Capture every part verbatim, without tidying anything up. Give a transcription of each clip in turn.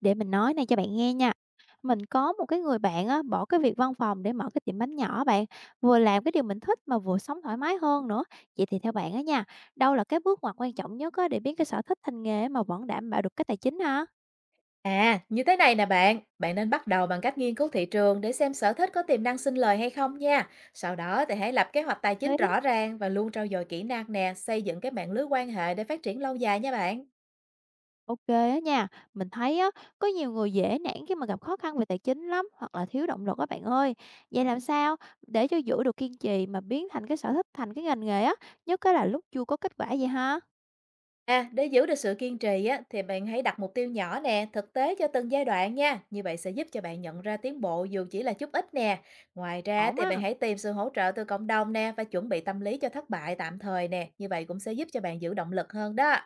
Để mình nói này cho bạn nghe nha. Mình có một cái người bạn á, bỏ cái việc văn phòng để mở cái tiệm bánh nhỏ bạn, vừa làm cái điều mình thích mà vừa sống thoải mái hơn nữa. Vậy thì theo bạn á nha, đâu là cái bước ngoặt quan trọng nhất á, để biến cái sở thích thành nghề mà vẫn đảm bảo được cái tài chính ha? À, như thế này nè bạn, bạn nên bắt đầu bằng cách nghiên cứu thị trường để xem sở thích có tiềm năng sinh lời hay không nha. Sau đó thì hãy lập kế hoạch tài Thế chính rõ ràng và luôn trau dồi kỹ năng nè, xây dựng cái mạng lưới quan hệ để phát triển lâu dài nha bạn. ô kê á nha, mình thấy á, có nhiều người dễ nản khi mà gặp khó khăn về tài chính lắm, hoặc là thiếu động lực á bạn ơi. Vậy làm sao để cho giữ được kiên trì mà biến thành cái sở thích thành cái ngành nghề á, nhất cái là lúc chưa có kết quả vậy ha? À, để giữ được sự kiên trì á, thì bạn hãy đặt mục tiêu nhỏ nè, thực tế cho từng giai đoạn nha. Như vậy sẽ giúp cho bạn nhận ra tiến bộ dù chỉ là chút ít nè. Ngoài ra Ổn thì á. bạn hãy tìm sự hỗ trợ từ cộng đồng nè và chuẩn bị tâm lý cho thất bại tạm thời nè. Như vậy cũng sẽ giúp cho bạn giữ động lực hơn đó.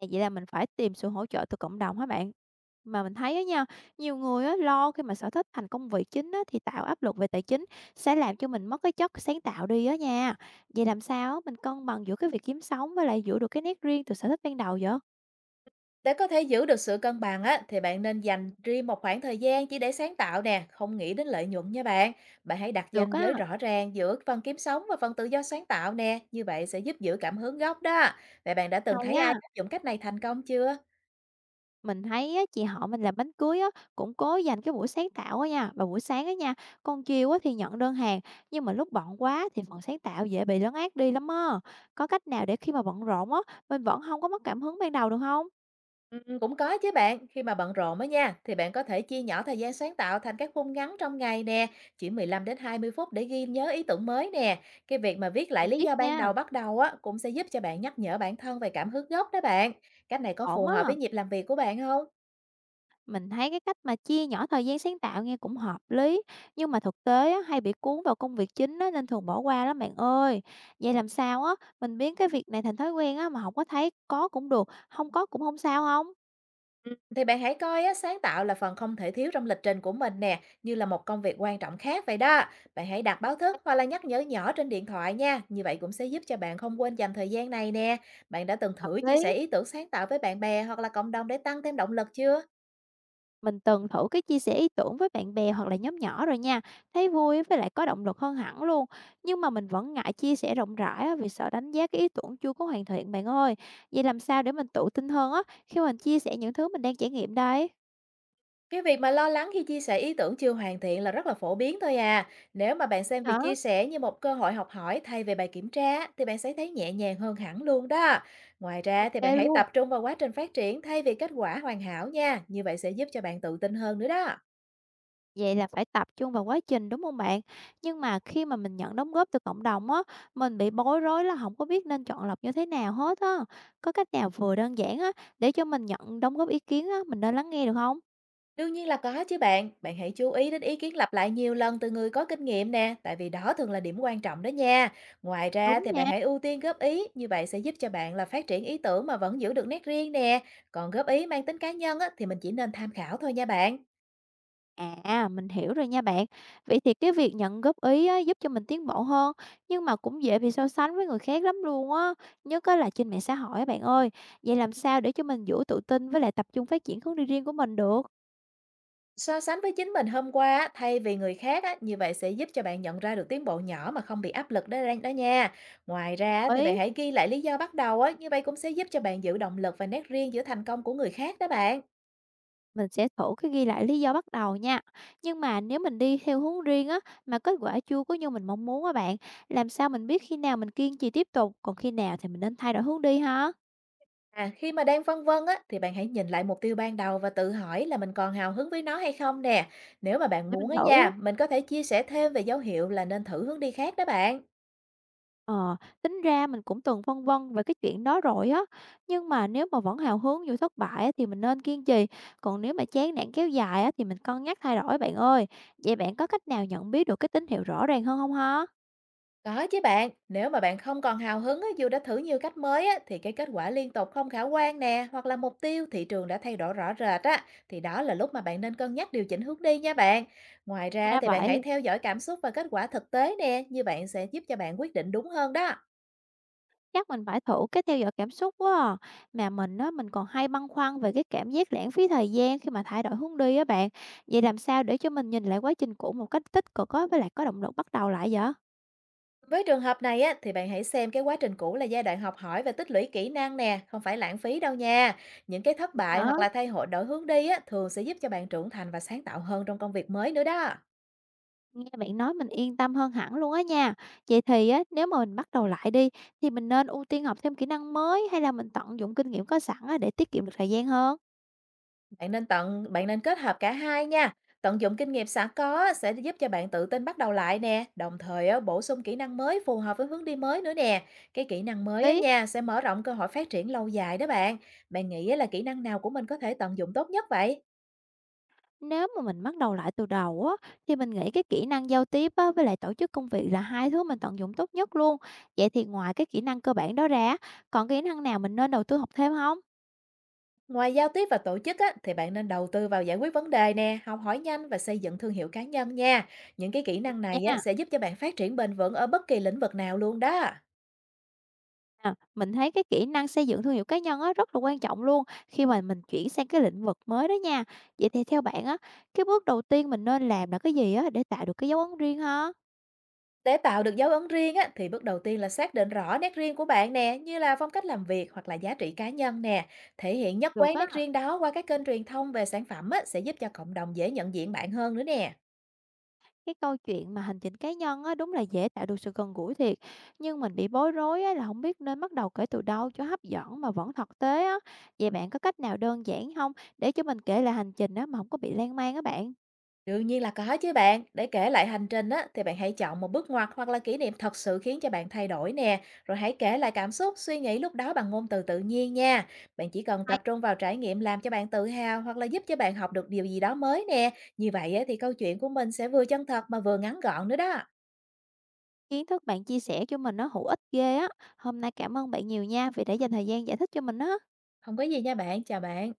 À, vậy là mình phải tìm sự hỗ trợ từ cộng đồng hả bạn? Mà mình thấy á nha, nhiều người á lo khi mà sở thích thành công việc chính á thì tạo áp lực về tài chính sẽ làm cho mình mất cái chất sáng tạo đi á nha. Vậy làm sao á mình cân bằng giữa cái việc kiếm sống với lại giữ được cái nét riêng từ sở thích ban đầu vậy? Để có thể giữ được sự cân bằng á, thì bạn nên dành riêng một khoảng thời gian chỉ để sáng tạo nè, không nghĩ đến lợi nhuận nha bạn. Bạn hãy đặt Được ranh á, giới rõ ràng giữa phần kiếm sống và phần tự do sáng tạo nè, như vậy sẽ giúp giữ cảm hứng gốc đó. Vậy bạn đã từng hay thấy ai á. áp dụng cách này thành công chưa? Mình thấy á, chị họ mình làm bánh cưới á, cũng cố dành cái buổi sáng tạo á nha, và buổi sáng á nha, còn chiều á thì nhận đơn hàng, nhưng mà lúc bận quá thì phần sáng tạo dễ bị lấn át đi lắm á. Có cách nào để khi mà bận rộn á, mình vẫn không có mất cảm hứng ban đầu được không? Ừm, cũng có chứ bạn, khi mà bận rộn á nha, thì bạn có thể chia nhỏ thời gian sáng tạo thành các khung ngắn trong ngày nè, chỉ mười lăm đến hai mươi phút để ghi nhớ ý tưởng mới nè. Cái việc mà viết lại Mình lý biết do ban nha, đầu bắt đầu á cũng sẽ giúp cho bạn nhắc nhở bản thân về cảm hứng gốc đó bạn. Cách này có ổn phù á. hợp với nhịp làm việc của bạn không? Mình thấy cái cách mà chia nhỏ thời gian sáng tạo nghe cũng hợp lý, nhưng mà thực tế á, hay bị cuốn vào công việc chính á, nên thường bỏ qua lắm bạn ơi. Vậy làm sao á, mình biến cái việc này thành thói quen á, mà không có thấy có cũng được, không có cũng không sao không? Ừm, thì bạn hãy coi á, sáng tạo là phần không thể thiếu trong lịch trình của mình nè, như là một công việc quan trọng khác vậy đó. Bạn hãy đặt báo thức hoặc là nhắc nhở nhỏ trên điện thoại nha, như vậy cũng sẽ giúp cho bạn không quên dành thời gian này nè. Bạn đã từng Hợp thử chia lý. sẻ ý tưởng sáng tạo với bạn bè hoặc là cộng đồng để tăng thêm động lực chưa? Mình từng thử cái chia sẻ ý tưởng với bạn bè hoặc là nhóm nhỏ rồi nha, thấy vui với lại có động lực hơn hẳn luôn. Nhưng mà mình vẫn ngại chia sẻ rộng rãi á, vì sợ đánh giá cái ý tưởng chưa có hoàn thiện bạn ơi. Vậy làm sao để mình tự tin hơn á khi mình chia sẻ những thứ mình đang trải nghiệm đây? Cái việc mà lo lắng khi chia sẻ ý tưởng chưa hoàn thiện là rất là phổ biến thôi à. Nếu mà bạn xem Hả? việc chia sẻ như một cơ hội học hỏi thay vì bài kiểm tra thì bạn sẽ thấy nhẹ nhàng hơn hẳn luôn đó. Ngoài ra thì ô kê bạn hãy luôn. tập trung vào quá trình phát triển thay vì kết quả hoàn hảo nha. Như vậy sẽ giúp cho bạn tự tin hơn nữa đó. Vậy là phải tập trung vào quá trình đúng không bạn? Nhưng mà khi mà mình nhận đóng góp từ cộng đồng á, mình bị bối rối là không có biết nên chọn lọc như thế nào hết á. Có cách nào vừa đơn giản á để cho mình nhận đóng góp ý kiến á, mình nên lắng nghe được không? Đương nhiên là có chứ bạn. Bạn hãy chú ý đến ý kiến lặp lại nhiều lần từ người có kinh nghiệm nè, tại vì đó thường là điểm quan trọng đó nha. Ngoài ra Đúng thì nha. bạn hãy ưu tiên góp ý, như vậy sẽ giúp cho bạn là phát triển ý tưởng mà vẫn giữ được nét riêng nè. Còn góp ý mang tính cá nhân á, thì mình chỉ nên tham khảo thôi nha bạn. À, mình hiểu rồi nha bạn. Vậy thì cái việc nhận góp ý á, giúp cho mình tiến bộ hơn, nhưng mà cũng dễ bị so sánh với người khác lắm luôn á, nhất á là trên mạng xã hội á bạn ơi. Vậy làm sao để cho mình giữ tự tin với lại tập trung phát triển hướng đi riêng của mình được? So sánh với chính mình hôm qua á, thay vì người khác á, như vậy sẽ giúp cho bạn nhận ra được tiến bộ nhỏ mà không bị áp lực đó, ra- đó nha. Ngoài ra á, thì bạn Ý, hãy ghi lại lý do bắt đầu á, như vậy cũng sẽ giúp cho bạn giữ động lực và nét riêng giữa thành công của người khác đó bạn. mình sẽ thử cái ghi lại lý do bắt đầu nha. Nhưng mà nếu mình đi theo hướng riêng á, mà kết quả chưa có như mình mong muốn á bạn, làm sao mình biết khi nào mình kiên trì tiếp tục, còn khi nào thì mình nên thay đổi hướng đi hả? À, khi mà đang phân vân á, thì bạn hãy nhìn lại mục tiêu ban đầu và tự hỏi là mình còn hào hứng với nó hay không nè. Nếu mà bạn Để mình muốn á nha, thử. mình có thể chia sẻ thêm về dấu hiệu là nên thử hướng đi khác đó bạn. Ờ, tính ra mình cũng từng phân vân về cái chuyện đó rồi á, nhưng mà nếu mà vẫn hào hứng dù thất bại á, thì mình nên kiên trì, còn nếu mà chán nản kéo dài á, thì mình cân nhắc thay đổi bạn ơi. Vậy bạn có cách nào nhận biết được cái tín hiệu rõ ràng hơn không ha? Có chứ bạn, nếu mà bạn không còn hào hứng á, dù đã thử nhiều cách mới á, thì cái kết quả liên tục không khả quan nè, hoặc là mục tiêu thị trường đã thay đổi rõ rệt á, thì đó là lúc mà bạn nên cân nhắc điều chỉnh hướng đi nha bạn. Ngoài ra Ra thì bạn hãy vậy, theo dõi cảm xúc và kết quả thực tế nè, như bạn sẽ giúp cho bạn quyết định đúng hơn đó. chắc mình phải thử cái theo dõi cảm xúc quá à. Mà mình á, mình còn hay băn khoăn về cái cảm giác lãng phí thời gian khi mà thay đổi hướng đi á bạn. Vậy làm sao để cho mình nhìn lại quá trình cũ một cách tích cực á, với lại có động lực bắt đầu lại vậy? Với trường hợp này á, thì bạn hãy xem cái quá trình cũ là giai đoạn học hỏi và tích lũy kỹ năng nè, không phải lãng phí đâu nha. Những cái thất bại Hả? hoặc là thay đổi đổi hướng đi á, thường sẽ giúp cho bạn trưởng thành và sáng tạo hơn trong công việc mới nữa đó. Nghe bạn nói mình yên tâm hơn hẳn luôn á nha. Vậy thì á, nếu mà mình bắt đầu lại đi thì mình nên ưu tiên học thêm kỹ năng mới, hay là mình tận dụng kinh nghiệm có sẵn á, để tiết kiệm được thời gian hơn? Bạn nên tận bạn nên kết hợp cả hai nha. Tận dụng kinh nghiệm sẵn có á, sẽ giúp cho bạn tự tin bắt đầu lại nè, đồng thời á, bổ sung kỹ năng mới phù hợp với hướng đi mới nữa nè. Cái kỹ năng mới á Ý, nha sẽ mở rộng cơ hội phát triển lâu dài đó bạn. Bạn nghĩ á, là kỹ năng nào của mình có thể tận dụng tốt nhất vậy? nếu mà mình bắt đầu lại từ đầu á thì mình nghĩ cái kỹ năng giao tiếp á, với lại tổ chức công việc là hai thứ mình tận dụng tốt nhất luôn. Vậy thì ngoài cái kỹ năng cơ bản đó ra, còn kỹ năng nào mình nên đầu tư học thêm không? Ngoài giao tiếp và tổ chức á, thì bạn nên đầu tư vào giải quyết vấn đề nè, học hỏi nhanh và xây dựng thương hiệu cá nhân nha. Những cái kỹ năng này á, Nha. sẽ giúp cho bạn phát triển bền vững ở bất kỳ lĩnh vực nào luôn đó. À, mình thấy cái kỹ năng xây dựng thương hiệu cá nhân á rất là quan trọng luôn khi mà mình chuyển sang cái lĩnh vực mới đó nha. Vậy thì theo bạn á, cái bước đầu tiên mình nên làm là cái gì á để tạo được cái dấu ấn riêng ha? Để tạo được dấu ấn riêng á, thì bước đầu tiên là xác định rõ nét riêng của bạn nè, như là phong cách làm việc hoặc là giá trị cá nhân nè. Thể hiện nhất Được quán á, nét riêng đó qua các kênh truyền thông về sản phẩm á, sẽ giúp cho cộng đồng dễ nhận diện bạn hơn nữa nè. cái câu chuyện mà hành trình cá nhân á đúng là dễ tạo được sự gần gũi thiệt. Nhưng mình bị bối rối á là không biết nên bắt đầu kể từ đâu cho hấp dẫn mà vẫn thực tế á. Vậy bạn có cách nào đơn giản không để cho mình kể lại hành trình á mà không có bị lan man á bạn? Đương nhiên là có chứ bạn. Để kể lại hành trình á, thì bạn hãy chọn một bước ngoặt hoặc là kỷ niệm thật sự khiến cho bạn thay đổi nè. Rồi hãy kể lại cảm xúc, suy nghĩ lúc đó bằng ngôn từ tự nhiên nha. Bạn chỉ cần tập trung vào trải nghiệm làm cho bạn tự hào hoặc là giúp cho bạn học được điều gì đó mới nè. Như vậy á, thì câu chuyện của mình sẽ vừa chân thật mà vừa ngắn gọn nữa đó. Kiến thức bạn chia sẻ cho mình nó hữu ích ghê á. Hôm nay cảm ơn bạn nhiều nha, vì đã dành thời gian giải thích cho mình á. Không có gì nha bạn. Chào bạn.